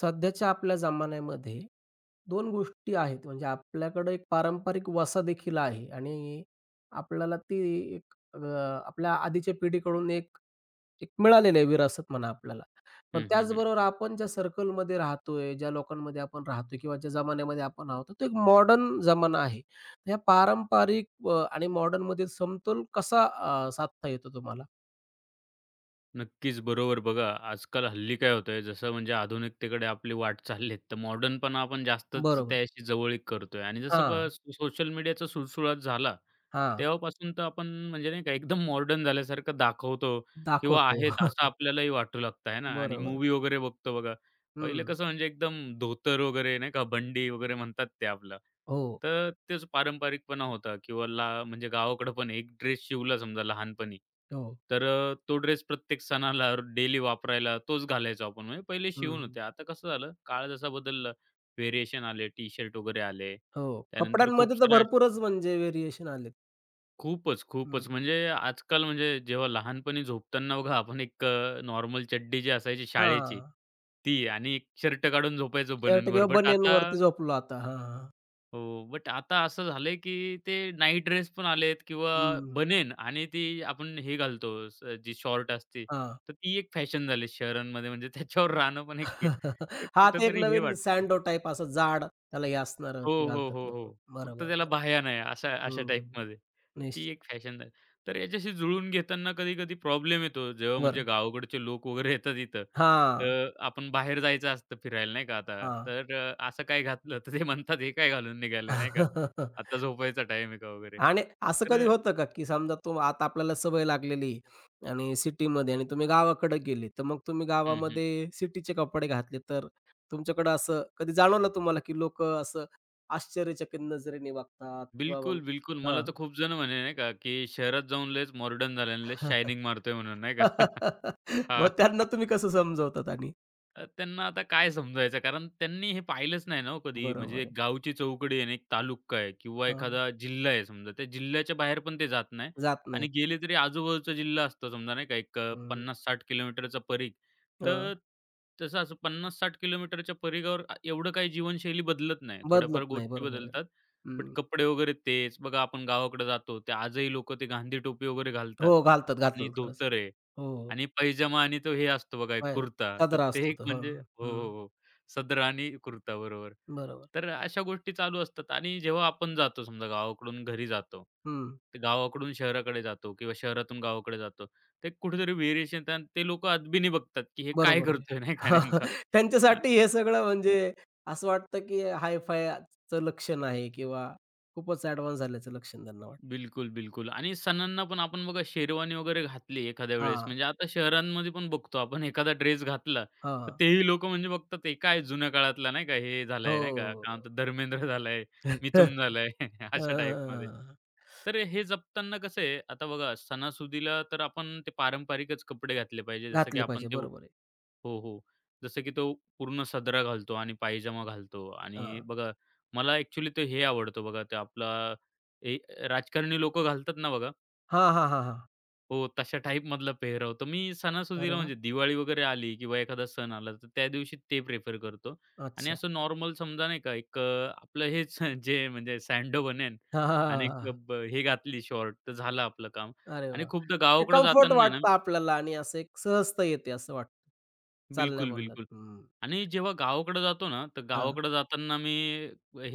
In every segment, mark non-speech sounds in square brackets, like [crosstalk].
सध्याच्या आपल्या जमान्यामध्ये 2 गोष्टी आहेत. म्हणजे आपल्याकडे एक पारंपरिक वसा देखील आहे आणि आपल्याला ती एक अ, आपल्या आधीच्या पिढीकडून एक एक मिळालेलं आहे विरासत म्हणा आपल्याला. पण हं, हं, हं. त्याचबरोबर आपण ज्या सर्कलमध्ये राहतोय, ज्या लोकांमध्ये आपण राहतोय किंवा ज्या जमान्यामध्ये आपण आहोत, तो एक मॉडर्न जमाना आहे. या पारंपरिक आणि मॉडर्नमध्ये समतोल कसा साधता येतो तुम्हाला? नक्कीच बरोबर. बघा, आजकाल हल्ली काय होतंय, जसं म्हणजे आधुनिकतेकडे आपली वाट चालली आहे, तर मॉडर्नपणा आपण जास्तच बरोबर. त्याशी जवळीक करतोय आणि जसं ब हां, सोशल मीडियाचा सुळसुळाट झाला, हां. तेव्हापासून तर आपण म्हणजे नाही का एकदम मॉडर्न झाल्यासारखं दाखवतो किंवा दाखवतो. आहेत असं [laughs] आपल्यालाही वाटू लागतं आहे ना आणि बरोबर आहे. मूव्ही वगैरे बघतो बघा. पहिलं हं. कसं म्हणजे एकदम धोतर वगैरे नाही का, बंडी वगैरे म्हणतात ते आपलं. हो. तर तेच पारंपरिकपणा होता किंवा म्हणजे गावाकडं पण एक ड्रेस शिवला समजा लहानपणी, हो. तर तो ड्रेस प्रत्येक सणाला डेली वापरायला तोच घालायचो आपण. म्हणजे पहिले शिवून हं. होते. आता कसं झालं, काळ जसा बदलला, व्हेरिएशन आले, टी-शर्ट वगैरे आले. हो. त्यानंतर खूप कपड्यांमध्ये तर साऱ्या भरपूरच म्हणजे व्हेरिएशन आलेत. खूपच, हं. खूपच. म्हणजे आजकाल म्हणजे जेव्हा लहानपणी झोपताना बघा आपण एक नॉर्मल चड्डी जी असायची शाळेची, हां. ती आणि एक शर्ट काढून झोपायचो शर्ट बन्यांवर. किंवा बट आता बनियनवरती झोपलो आता. हां, हां. हो, बट आता असं झालंय, की ते नाईट ड्रेस पण आलेत किंवा हं. बनेन आणि ती आपण हे घालतो जी शॉर्ट असते, हां. हां, तर ती एक फॅशन झाली शहरांमध्ये. म्हणजे त्याच्यावर राहणं पण एक हे [laughs] ते एक हे नवीन वाटतं. सँडो टाइप असं जाड त्याला हे असणारं हो, ते हो, घालतात हो, लोकं. हो. फक्त बरोबर, त्याला बरोबर. बाह्या नाही अशा अशा हं. टाईपमध्ये. तर निश्चित. ती एक फॅशन आहे. तर याच्याशी जुळून घेताना कधी-कधी प्रॉब्लेम येतो. जेव्हा म्हणजे बरं. गावाकडचे लोक वगैरे येतात इथं. हां, तर आपण बाहेर जायचं असतं फिरायला नाही का आता. हां. तर असं काय घातलं तर ते म्हणतात, "हे काय घालून निघालं?" नाही का. [laughs] "आता झोपायचा टाईम आहे का?" वगैरे. आणि असं तर कधी होतं का, की समजा तो आता आपल्याला सवय लागलेली आहे आणि सिटीमध्ये आणि तुम्ही गावाकडे गेले, तर मग तुम्ही अ, हं, हं. गावामध्ये सिटीचे कपडे घातले, तर तुमच्याकडं असं कधी जाणवलं तुम्हाला, की लोकं असं आश्चर्यचकित नजरेने वागतात किंवा मग बिलकुल, बिलकुल. मला हां. तर खूप जण म्हणे नाही का, की "शहरात जाऊन लयच मॉडर्न झाला आणि लयच शायनिंग मारतोय" म्हणून नाही का. [laughs] [laughs] मग हां. त्यांना तुम्ही कसं समजवतात आणि? त्यांना आता काय समजवायचं कारण त्यांनी हे पाहिलंच नाही ना हो कधी. म्हणजे बरोबर एक आहे. गावची चौकडी आहे आणि एक तालुका आहे किंवा हां. एखादा जिल्हा आहे समजा. त्या जिल्ह्याच्या बाहेर पण ते जात नाही जात आणि नाहीत. गेले तरी आजूबाजूचा जिल्हा असतो समजा नाही का एक हं. 50 किलोमीटरचा परीघ. हां. तर तसं असं 50-60 किलोमीटरच्या परीघावर एवढं काही जीवनशैली बदलत नाही. थोड्याफार बदलत नाही. गोष्टी बरोबर आहे. बदलतात. बट हं. कपडे वगैरे तेच. बघा आपण गावाकडे जातो ते आजही लोकं ते गांधी टोपी वगैरे घालतात हो, घालतात, आणि घालतात. खरंच. धोतर आहे. हो. आणि पैजामा आणि तो हे असतो बघा एक काय कुर्ता. तर सदरा ते असतो एक तो. हं, म्हणजे हो, हो, हं. हो. सदरा आणि कुर्ता बरोबर. बरोबर. तर अशा गोष्टी चालू असतात आणि जेव्हा आपण जातो समजा गावाकडून घरी जातो. हं, तर गावाकडून शहराकडे जातो किंवा शहरातून गावाकडे जातो. ते कुठेतरी व्हेरिएशन ते लोकं अदबीने बघतात, की हे काय बरोबर आहे. करतोय नाही का नेमका? [laughs] त्यांच्यासाठी हे सगळं म्हणजे असं वाटतं, की हाय-फायचं लक्षण आहे किंवा खूपच ॲडव्हान्स झाल्याचं लक्षण त्यांना वाटतं. बिलकुल, बिलकुल. आणि सणांना पण आपण बघा शेरवानी वगैरे घातली एखाद्या वेळेस, हां, म्हणजे आता शहरांमध्ये पण बघतो आपण एखादा ड्रेस घातला, तर हां. तेही लोकं म्हणजे बघतात हे काय जुन्या काळातला नाही का, हे हो. झालंय नाही का, काय म्हणतात धर्मेंद्र झालाय, [laughs] हं, मिथून झालाय [laughs] अशा टाईपमध्ये. तर हे जपताना कसं आहे, आता बघा सणासुदीला तर आपण ते पारंपरिकच कपडे घातले पाहिजे, जसं की घातले आपण पाहिजे. ते हो, बरोबर आहे. हो. जसं की तो पूर्ण सदरा घालतो आणि पायजामा घालतो आणि हां. बघा मला ॲक्चुअली ते हे आवडतं बघा ते आपला ए राजकारणी लोकं घालतात ना बघा, हां, हां, हां, हां. हो तशा टाईपमधला पेहराव. तर मी अरे सणासुदीला वाह! म्हणजे दिवाळी वगैरे आली किंवा एखादा सण आला, तर त्या दिवशी ते प्रिफर करतो आणि अच्छा. असं नॉर्मल समजा नाही का एक आपलं हेच [laughs] जे म्हणजे सँडो बनेन [laughs] हां, हां, आणि हां, हां, एक हां. ब हे घातली शॉर्ट तर झालं आपलं काम अरे आणि वाह! खूपदा ते गावाकडे कम्फर्ट जाताना आहे ना वाटतं आपल्याला आणि असं एक सहजता येते असं वाटतं. बिलकुल, चालण्या-बोलण्यात. बिलकुल. हं. आणि जेव्हा गावाकडे जातो ना, तर हां. गावाकडे जाताना मी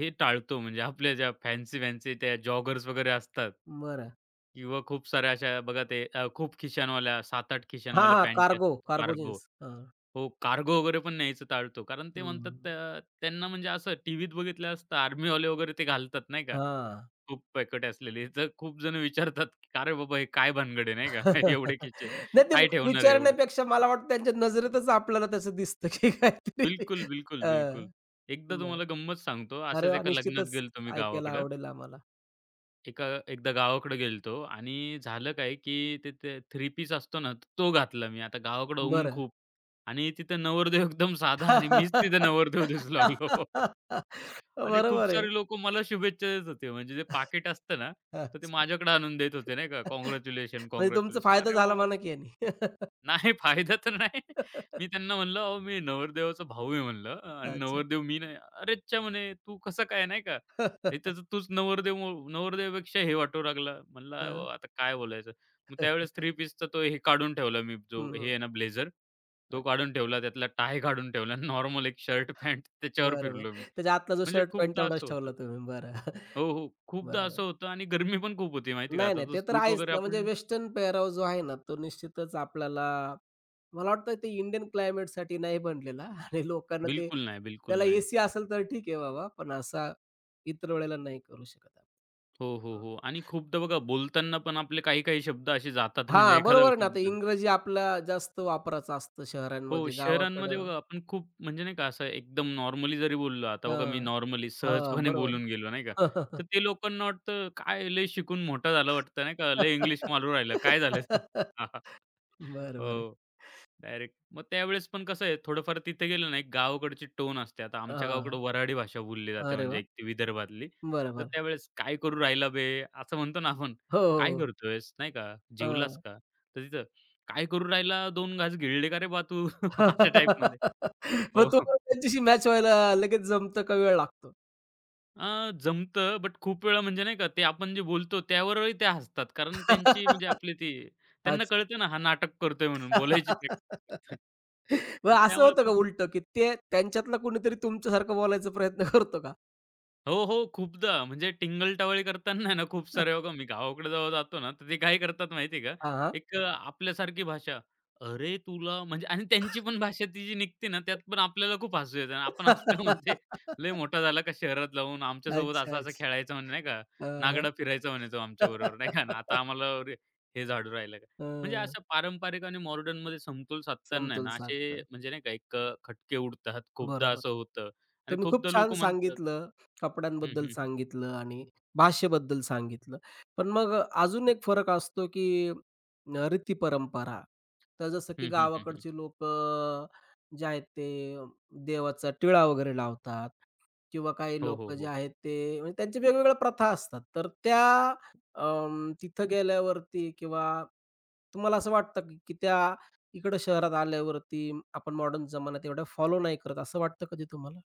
हे टाळतो म्हणजे आपल्या ज्या फॅन्सी-फॅन्सी त्या जॉगर्स वगैरे असतात बरं. किंवा खूप साऱ्या अशा बघा ते खूप खिशांवाल्या 7-8 हां, खिशांवाल्या हां. पॅन्टी कार्गो, असतात कार्गो कार्गो. जीन्स. हां. हो, कार्गो वगैरे पण न्यायचं टाळतो. कारण ते हं. म्हणतात त्या त्यांना म्हणजे असं टीव्हीत बघितलं असतं आर्मीवाले वगैरे ते घालतात नाही का, हां. खूप पॅकेट असलेली. तर खूप जण विचारतात, "का रे बाबा हे काय भानगड आहे?" नाही का, [laughs] "एवढे [laughs] खिसे नाही ते काय ठेवणार आहे एवढं?" विचारण्यापेक्षा मला वाटतं त्यांच्या नजरेतच आपल्याला तसं दिसतं की काहीतरी बिलकुल, बिलकुल, अ, बिलकुल. एकदा मग. तुम्हाला गंमत सांगतो. अरे असंच वाह! एका लग्नात निश्चितच गेलतो मी ऐकायला गावाकडं. आवडेल आम्हाला. एका एकदा गावाकडे गेलतो आणि झालं काय, की ते ते थ्री पीस असतो ना, तो घातला मी. आता गावाकडं ऊन बरं. खूप आणि तिथं नवरदेव एकदम साधा आणि मीच तिथं [laughs] नवरदेव दिसू लागलो. [laughs] आणि खूप बरोबर आहे. सारे लोकं मला शुभेच्छा देत होते. म्हणजे जे पाकीट असतं ना, तर ते अच्छा. माझ्याकडे आणून देत होते नाही का, काँग्रॅच्युलेशन, म्हणजे तुमचा काँग्रॅच्युलेशन. फायदा अरे झाला वा, म्हणा की याने. नाही फायदा तर नाही. मी [laughs] त्यांना म्हणलं, "अहो, मी नवरदेवाचा भाऊ आहे" म्हणलं आणि अच्छा. नवरदेव मी नाही. "अरे, च्या!" म्हणे, "तू कसं काय?" नाही का. "हे तर [laughs] तूच नवरदेव नवरदेवापेक्षा हे वाटू लागला." म्हणलं, "अरे हां. बाबा, आता काय बोलायचं?" मग त्यावेळेस थ्री पीसचा तो हे काढून ठेवला मी जो हे हं. आहे ना ब्लेझर, तो अच्छा. काढून ठेवला. त्यातला टाय काढून ठेवला. नॉर्मल एक शर्ट, पॅन्ट त्याच्यावर बरं, बरं. फिरलो मी. त्याच्या आतला जो म्हणजे शर्ट पॅन्ट खूपदा असं तेवढाच होतं. ठेवला तुम्ही. बरं. [laughs] हो, हो. खूपदा बरं. असं होतं आणि गरमी पण खूप होती माहिती का. नाही, आता नाही. तर ते तर सूट आहेच वगैरे ना, म्हणजे आपण वेस्टर्न पेहराव जो आहे ना, तो निश्चितच आपल्याला मला वाटतं ते इंडियन क्लायमेटसाठी नाही बनलेला [laughs] आणि लोकांना ते बिलकुल नाही, बिलकुल त्याला नाही. एसी असेल तर ठीक आहे बाबा, पण असा इतर वेळेला नाही करू शकत हो, आपण. हो, हं. हो. आणि खूपदा बघा बोलताना पण आपले काही-काही शब्द असे जातात म्हणजे हां, बरोबर एखादा आहे ना. आता शब्द इंग्रजी आपला जास्त वापराचं असतं हो, शहरांमध्ये, शहरांमध्ये गावाकडं बघा आपण खूप म्हणजे नाही का असं एकदम नॉर्मली जरी बोललो, आता बघा मी हां, नॉर्मली हां, सहजपणे बरोबर. बोलून गेलो नाही का, तर ते लोकांना वाटतं काय लय शिकून मोठा झाला वाटतं नाही का, लय इंग्लिश [laughs] मारू राहिला, काय झालं? [laughs] हां, हां. बरं, बरं. हो. डायरेक्ट. मग त्यावेळेस पण कसं आहे थोडंफार तिथे गेलं ना, एक गावाकडची टोन असते. आता आमच्या गावाकडे हां. वऱ्हाडी भाषा बोलली जाते अरे म्हणजे वाह! एक ती विदर्भातली. तर बरं, त्यावेळेस "काय करू राहिला बे?" असं म्हणतो ना आपण. हो, हो, "काय हो. करतोयस?" नाही का, "जेवलास हां. का?" तर तिथं "काय करू राहिला? दोन घास गिळले का रे बा तू?" [laughs] अशा टाईपमध्ये. [laughs] मग हो. तो त्यांच्याशी मॅच व्हायला लगेच जमतं का वेळ लागतो? अ, बट खूप वेळा म्हणजे नाही का ते आपण जे बोलतो त्यावरही त्या हसतात. कारण त्यांची म्हणजे [laughs] आपली ती त्यांना अच्छा. कळतं ना हा नाटक करतोय म्हणून बोलायची प्रॅक्टिस [laughs] करतोय. मग तर असं त्यामुळे होतं का पण खूप उलटं, की ते त्यांच्यातला कोणीतरी तुमच्यासारखं बोलायचा प्रयत्न करतो का? हो, हो. खूपदा म्हणजे टिंगल-टवाळी करताना आहे ना, खूप सारे [laughs] बघा मी गावाकडे जेव्हा जातो ना, तर ते काय करतात माहिती आहे का? हां, हां. एक आपल्यासारखी भाषा, "अरे तुला" म्हणजे आणि त्यांची पण भाषा ती जी निघते ना, त्यात पण आपल्याला खूप हसू येतं आणि आपण हसलो म्हणजे लय [laughs] मोठा झाला का शहरात जाऊन आमच्यासोबत अच्छा, असा-असा अच्छा. खेळायचा म्हणे नाही का, हां, हां. नागडा फिरायचा म्हणे तो हं. आमच्याबरोबर नाही का ना, आता [laughs] आम्हाला रे हे झाडू राहिलं का? म्हणजे असं पारंपरिक आणि मॉडर्नमध्ये समतोल साधताना आहे समतोल ना, असे साधता. म्हणजे नाही का एक खटके उडतात. खूपदा बरोबर. असं होतं आणि तुम्ही खूप खूपदा छान लोकं म्हणतात सांगितलं, हं, कपड्यांबद्दल हं. सांगितलं आणि भाषेबद्दल सांगितलं. पण मग अजून एक फरक असतो, की अ, रीती-परंपरा. तर जसं की हं, हं, हं, हं. गावाकडची लोक जे आहेत ते देवाचा टिळा वगैरे लावतात किंवा काही हो, हो, लोकं जे हो. आहेत ते म्हणजे त्यांच्या वेगवेगळ्या प्रथा असतात. तर त्या अं, तिथं गेल्यावरती किंवा तुम्हाला असं वाटतं की की त्या इकडं शहरात आल्यावरती आपण मॉडर्न जमान्यात एवढ्या फॉलो नाही करत, असं वाटतं कधी तुम्हाला?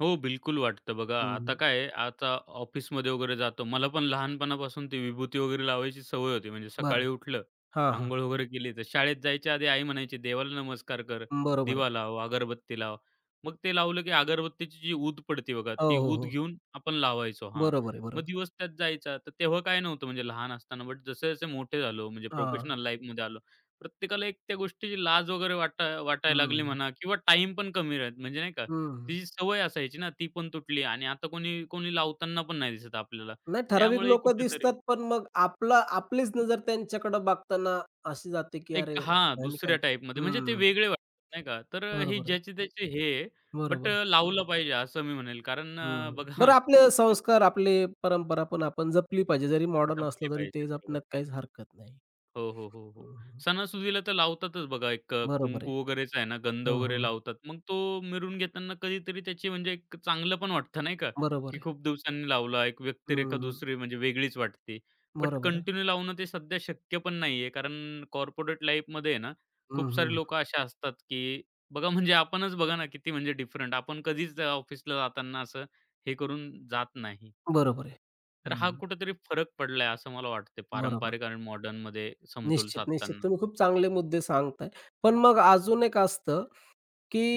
हो, बिलकुल वाटतं. बघा आता काय आहे, आता ऑफिसमध्ये वगैरे जातो. मला पण लहानपणापासून ती विभूती वगैरे लावायची सवय होती. म्हणजे बरं. सकाळी उठलं, हां, हां. अंघोळ वगैरे केली, तर शाळेत जायच्या आधी आई म्हणायची, "देवाला नमस्कार कर, बरोबर आहे. दिवा लाव, अगरबत्ती लाव." मग ते लावलं की अगरबत्तीची जी ऊद पडते बघा, हो, ती हो, ऊद हो. घेऊन आपण लावायचो. हां, बरोबर आहे, मग बरोबर. दिवस त्यात जायचा. तर तेव्हा काय नव्हतं म्हणजे लहान असताना. बट जसे-जसे मोठे झालो, म्हणजे हां. प्रोफेशनल लाईफमध्ये आलो, प्रत्येकाला एक त्या गोष्टीची लाज वगैरे वाटायला लागली हं, म्हणा किंवा टाईम पण कमी राहत म्हणजे नाही का? हं. तिची सवय असायची ना, ती पण तुटली आणि आता कोणी कोणी लावताना पण नाही दिसत आपल्याला. नाही ठराविक त्यामुळे लोकं दिसतात, कुठेतरी पण मग आपला आपलीच नजर त्यांच्याकडे बघताना अशी जाते, की एक अरे हां, ह्याने काय दुसऱ्या टाईपमध्ये म्हणजे ते हं. वेगळे वाटतात नाही का. तर ही बरोबर आहे, ज्याची त्याची हे बट बरोबर आहे. लावलं पाहिजे असं मी म्हणेल कारण हं. बरं बघा आपले संस्कार, [laughs] आपले परंपरा पण आपण जपली पाहिजे. जरी मॉडर्न जपली असलं तरी पाहिजे. ते बरोबर. जपण्यात काहीच हरकत नाही. हो, हो, हो, हो. हं, सणासुदीला तर लावतातच बघा एक बरोबर आहे. कुंकू वगैरेचा आहे ना, गंध हो, वगैरे हो. लावतात. मग तो मिरवून घेताना कधीतरी त्याची म्हणजे एक चांगलं पण वाटतं नाही का, बरोबर की आहे. खूप दिवसांनी लावला. एक व्यक्तिरेखा हं. दुसरी म्हणजे वेगळीच वाटते. बट बरोबर आहे. कंटिन्यू लावणं ते सध्या शक्य पण नाहीये. कारण कॉर्पोरेट लाईफमध्ये आहे ना, हं, खूप सारे हं. लोकं असे असतात, की बघा म्हणजे आपणच बघा ना, किती म्हणजे डिफरंट. आपण कधीच ऑफिसला जाताना असं हे करून जात नाही. बरोबर आहे. तर हा हं. कुठेतरी फरक पडलाय असं मला वाटते बरोबर. पारंपरिक आणि मॉडर्नमध्ये समतोल निश्चित, निश्चित. साधताना. तुम्ही खूप चांगले मुद्दे सांगताय. पण मग अजून एक असतं,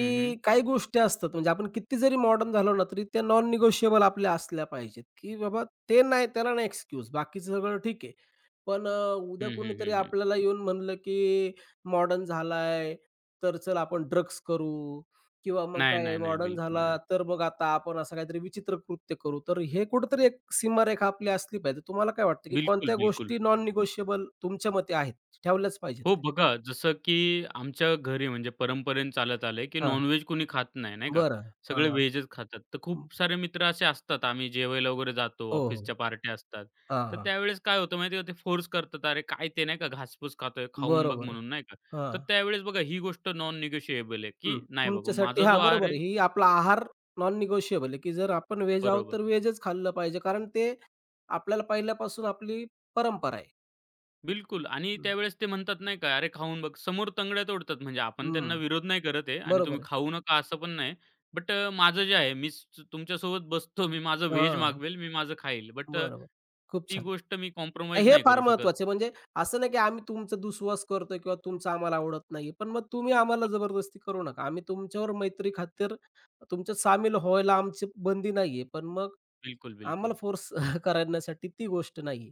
हं, हं. काही गोष्टी असतात म्हणजे आपण किती जरी मॉडर्न झालो ना तरी त्या नॉन निगोशिएबल आपल्या असल्या पाहिजेत, की बाबा ते नाही त्याला नाही एक्सक्यूज बाकीचं सगळं ठीक आहे. पण उद्या हं, हं, कोणीतरी हं, हं. आपल्याला येऊन म्हणलं, की मॉडर्न झालाय, तर चल आपण ड्रग्स करू किंवा मग नाही, काय नाही, नाही. मॉडर्न झाला, बिलकुल नाही. तर मग आता आपण असं काहीतरी विचित्र कृत्य करू. तर हे कुठेतरी एक सीमारेखा आपली असली पाहिजे. तुम्हाला काय वाटतं, की बिलकुल, कोणत्या बिलकुल. गोष्टी नॉन निगोशिएबल तुमच्या मते आहेत, ठेवल्याच पाहिजेत हो त्या? बघा, जसं की आमच्या घरी म्हणजे परंपरेने चालत आलंय, की हां, नॉन कोणी खात नाही, नाही का? बरं. सगळे हां. व्हेजच खातात. तर खूप सारे मित्र असे असतात, आम्ही जेवायला वगैरे जातो, हो, हो. ऑफिसच्या पार्ट्या असतात. हां, तर हां. त्यावेळेस काय होतं माहिती का, ते फोर्स करतात, "अरे काय ते नाही का घासपूस खातोय, खाऊन बघ" बरोबर आहे. म्हणून नाही का. तर हां. त्यावेळेस बघा ही गोष्ट नॉन निगोशिएबल आहे, हं. की नाही बाबा तुमच्यासाठी माझा हां, जो आहार बरोबर आहे आहे. ही आपला आहार नॉन निगोशिएबल आहे, की जर आपण व्हेज आहोत, बरोबर. तर व्हेजच खाल्लं पाहिजे. कारण ते आपल्याला पहिल्यापासून आपली परंपरा आहे. बिलकुल आणि हं, त्यावेळेस ते म्हणतात नाही का, "अरे खाऊन बघ." समोर तंगड्या तोडतात. म्हणजे आपण त्यांना हं. विरोध नाही करत आहे आणि बरोबर तुम्ही आहे. खाऊ नका असं पण नाही. बट माझं जे आहे मी तुमच्यासोबत बसतो. मी माझं व्हेज हां, मागवेल, मी माझं खाईल. बट बरोबर. खूप ती छान. गोष्ट मी कॉम्प्रोमाईज हे नाही फार करू शकत. महत्वाचं आहे. म्हणजे असं नाही, की आम्ही तुमचा दुस्वास करतोय किंवा तुमचं आम्हाला आवडत नाहीये. पण मग तुम्ही आम्हाला जबरदस्ती करू नका. आम्ही तुमच्यावर मैत्री खातीर तुमच्यात सामील व्हायला आमची बंदी नाहीये. पण मग बिलकुल, आम्हाला बिलकुल. फोर्स [laughs] करण्यासाठी ती गोष्ट नाहीये.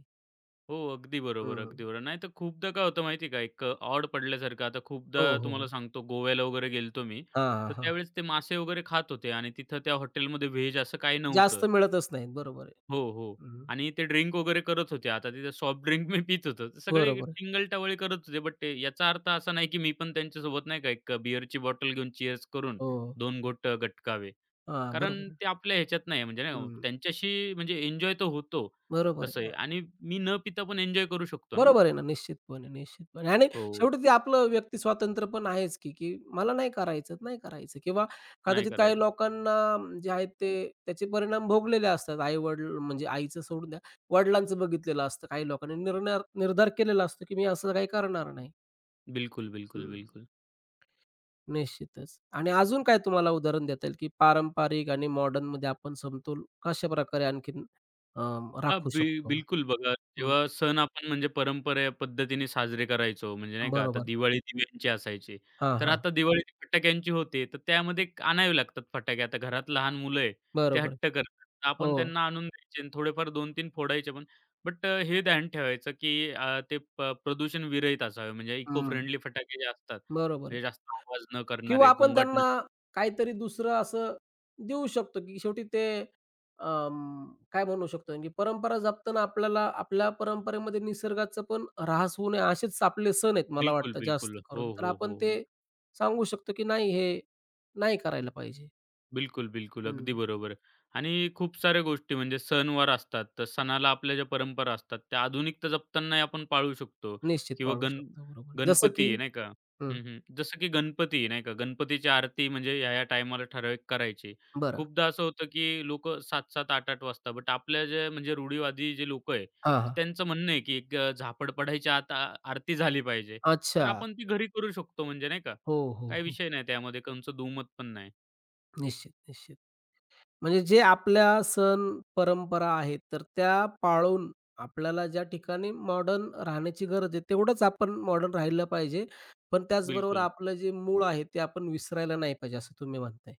हो, अगदी बरोबर, हं. अगदी बरोबर. नाहीतर खूपदा काय होतं माहिती का, एक ऑड पडल्यासारखं. आता खूपदा हो, तुम्हाला हो. सांगतो गोव्याला वगैरे गेलो मी. हां, हां, तर हां. त्यावेळेस ते मासे वगैरे खात होते आणि तिथं त्या हॉटेलमध्ये व्हेज असं काही नव्हतं. जास्त मिळतच नाहीत. बरोबर आहे. हो, हो. हं. आणि ते ड्रिंक वगैरे करत होते. आता तिथे सॉफ्ट ड्रिंक मी पीत होतो. ते सगळे बरोबर आहे. टिंगल-टवळी करत होते. बट ते याचा अर्थ असा नाही, की मी पण त्यांच्यासोबत नाही का एक बिअरची बॉटल घेऊन चीअर्स करून हो. 2 घोट गटकावे. हां, कारण बरोबर आहे. ते आपल्या ह्याच्यात नाही म्हणजे नाही का हं. त्यांच्याशी म्हणजे एन्जॉय तर होतो बरोबर तसं आहे. आहे हां. आणि मी न पिता पण एन्जॉय करू शकतो ना. बरोबर आहे ना, निश्चितपणे, निश्चितपणे आणि हो, शेवटी ते आपलं व्यक्ती स्वातंत्र्य पण आहेच की, की मला नाही करायचं, नाही करायचं किंवा नाही कदाचित काही करायचं. लोकांना जे आहेत ते त्याचे परिणाम भोगलेले असतात. आई-वडील म्हणजे आईचं सोडून द्या, वडिलांचं बघितलेलं असतं. काही लोकांनी निर्णय निर्धार केलेला असतो, की मी असं काही करणार नाही. बिलकुल, बिलकुल, हं. बिलकुल. निश्चितच. आणि अजून काय तुम्हाला उदाहरण देता येईल, की पारंपरिक आणि मॉडर्नमध्ये आपण समतोल कशाप्रकारे आणखीन अ, हां, राखू बी शकतो? बिलकुल बघा, हं, जेव्हा सण आपण म्हणजे परंपरा पद्धतीने साजरे करायचो, म्हणजे नाही का, आता बरोबर. दिवाळी दिव्यांची असायची. हां, तर हां. आता दिवाळी ती फटाक्यांची होते, तर त्यामध्ये एक आणावे लागतात फटाके. आता घरात लहान मुलं आहे, ते बरोबर आहे. हट्ट करतात. तर आपण हो. त्यांना आणून द्यायचे आणि थोडेफार 2-3 फोडायचे पण. बट हे ध्यान ठेवायचं, की ते प्रदूषण विरहित असावे. म्हणजे इको हं. फ्रेंडली फटाके जे असतात, बरोबर आहे. म्हणजे जास्त आवाज न किंवा करणारे, आपण गोंगाट न त्यांना काहीतरी दुसरं असं देऊ शकतो, की शेवटी ते अं, काय म्हणू शकतो, की परंपरा जपताना आपल्याला आपल्या परंपरेमध्ये निसर्गाचं पण ऱ्हास होऊ नये, असेच आपले सण आहेत मला बिलकुल, वाटतं बिलकुल. जास्त करून. हो, तर हो, आपण हो, ते हो. सांगू शकतो, की नाही हे नाही करायला पाहिजे. बिलकुल, बिलकुल. हं, अगदी बरोबर. आणि खूप साऱ्या गोष्टी म्हणजे सणवार असतात, तर सणाला आपल्या ज्या परंपरा असतात, त्या आधुनिकता जपतानाही आपण पाळू शकतो निश्चित किंवा पाळू शकतो. बरोबर. जसं की गणपती आहे नाही का? हं, हं, हं. जसं की गणपती आहे नाही का? गणपतीची आरती म्हणजे ह्या-ह्या टायमाला ठराविक करायची. बरं. खूपदा असं होतं की लोकं 7-7, 8-8 वाजता बट आपल्या जे म्हणजे रूढीवादी जे लोकं आहे, हां, तर हां. त्यांचं म्हणणं आहे की एक झापड पडायच्या आत आरती झाली पाहिजे. तर अच्छा. आपण ती घरी करू शकतो म्हणजे नाही का? हो, हो, काही हो. विषय नाही त्यामध्ये, कोणचं दुमत पण नाही. निश्चित, निश्चित. म्हणजे जे आपल्या सण परंपरा आहेत, तर त्या पाळून आपल्याला ज्या ठिकाणी मॉडर्न राहण्याची गरज आहे, तेवढंच आपण मॉडर्न राहिलं पाहिजे. पण त्याचबरोबर बिलकुल. आपलं जे मूळ आहे, ते आपण विसरायला नाही पाहिजे, असं तुम्ही म्हणताय.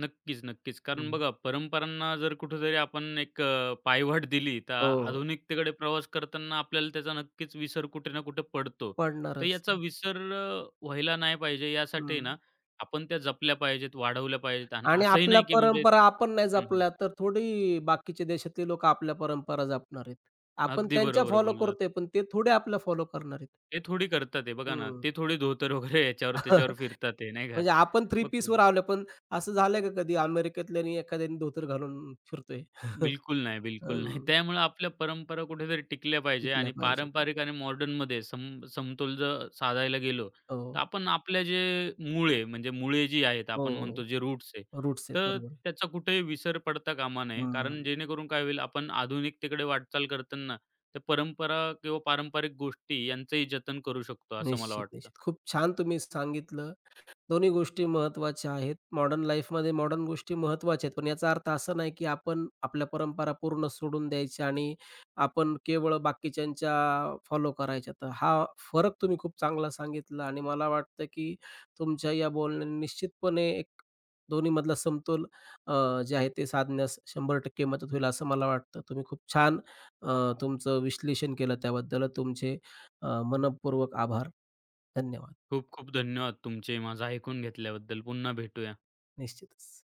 नक्कीच, नक्कीच. कारण हं. बघा परंपरांना जर कुठेतरी आपण एक पायवाट दिली, तर हो, आधुनिकतेकडे प्रवास करताना आपल्याला त्याचा नक्कीच विसर कुठे ना कुठे पडतो. तर पडणारच याचा आहे. विसर व्हायला नाही पाहिजे यासाठी हं. ना आपण त्या जपल्या पाहिजेत, वाढवल्या पाहिजेत आणि आणि असंही आपल्या नाही की म्हणजे परंपरा आपण नाही हं, हं. जपल्या, तर थोडी बाकीचे देशातले लोकं आपल्या परंपरा जपणार आहेत. आपण अगदी त्यांच्या बरोबर फॉलो बोललात. करतोय, पण ते थोडे आपल्या फॉलो करणार आहेत. ते थोडी करतात आहे बघा ना, हं. ते थोडी धोतर वगैरे [laughs] याच्यावर त्याच्यावर [laughs] फिरतात आहे नाही का? म्हणजे आपण थ्री बघतो पीसवर आलो, पण असं झालंय का कधी अमेरिकेतल्यानी एखाद्याने धोतर घालून फिरतोय? [laughs] बिलकुल नाही, बिलकुल नाही. हं. त्यामुळे आपल्या परंपरा कुठेतरी टिकल्या पाहिजे टिकल्या आणि पाहिजेत. पारंपरिक आणि मॉडर्नमध्ये समतोल जर साधायला गेलो, तर हो. आपण आपल्या जे मूळ म्हणजे मुळे जी आहेत, हो, आपण म्हणतो जे हो. रूट्स आहे, रूट्स आहेत. तर बरोबर आहे. त्याचा कुठेही विसर पडता कामा नये. हं. कारण जेणेकरून काय होईल, आपण आधुनिकतेकडे वाटचाल करताना त्या परंपरा किंवा पारंपरिक गोष्टी यांचंही जतन करू शकतो, असं मला निश्चित, वाटतं. निश्चित. खूप छान तुम्ही सांगितलं. दोन्ही गोष्टी महत्त्वाच्या आहेत. मॉडर्न लाईफमध्ये मॉडर्न गोष्टी महत्त्वाच्या आहेत. पण याचा अर्थ असा नाही, की आपण आपल्या परंपरा पूर्ण सोडून द्यायच्या आणि आपण केवळ बाकीच्यांच्या फॉलो करायच्या. तर हा फरक तुम्ही खूप चांगला सांगितला आणि मला वाटतं, की तुमच्या या बोलण्याने निश्चितपणे एक दोन्हीमधला समतोल जे आहे ते साधण्यास 100% मदत होईल असं मला वाटतं. तुम्ही खूप छान अ, तुमचं विश्लेषण केलं त्याबद्दल तुमचे मनःपूर्वक आभार. धन्यवाद. खूप खूप धन्यवाद तुमचे माझं ऐकून घेतल्याबद्दल. पुन्हा भेटूया. निश्चितच.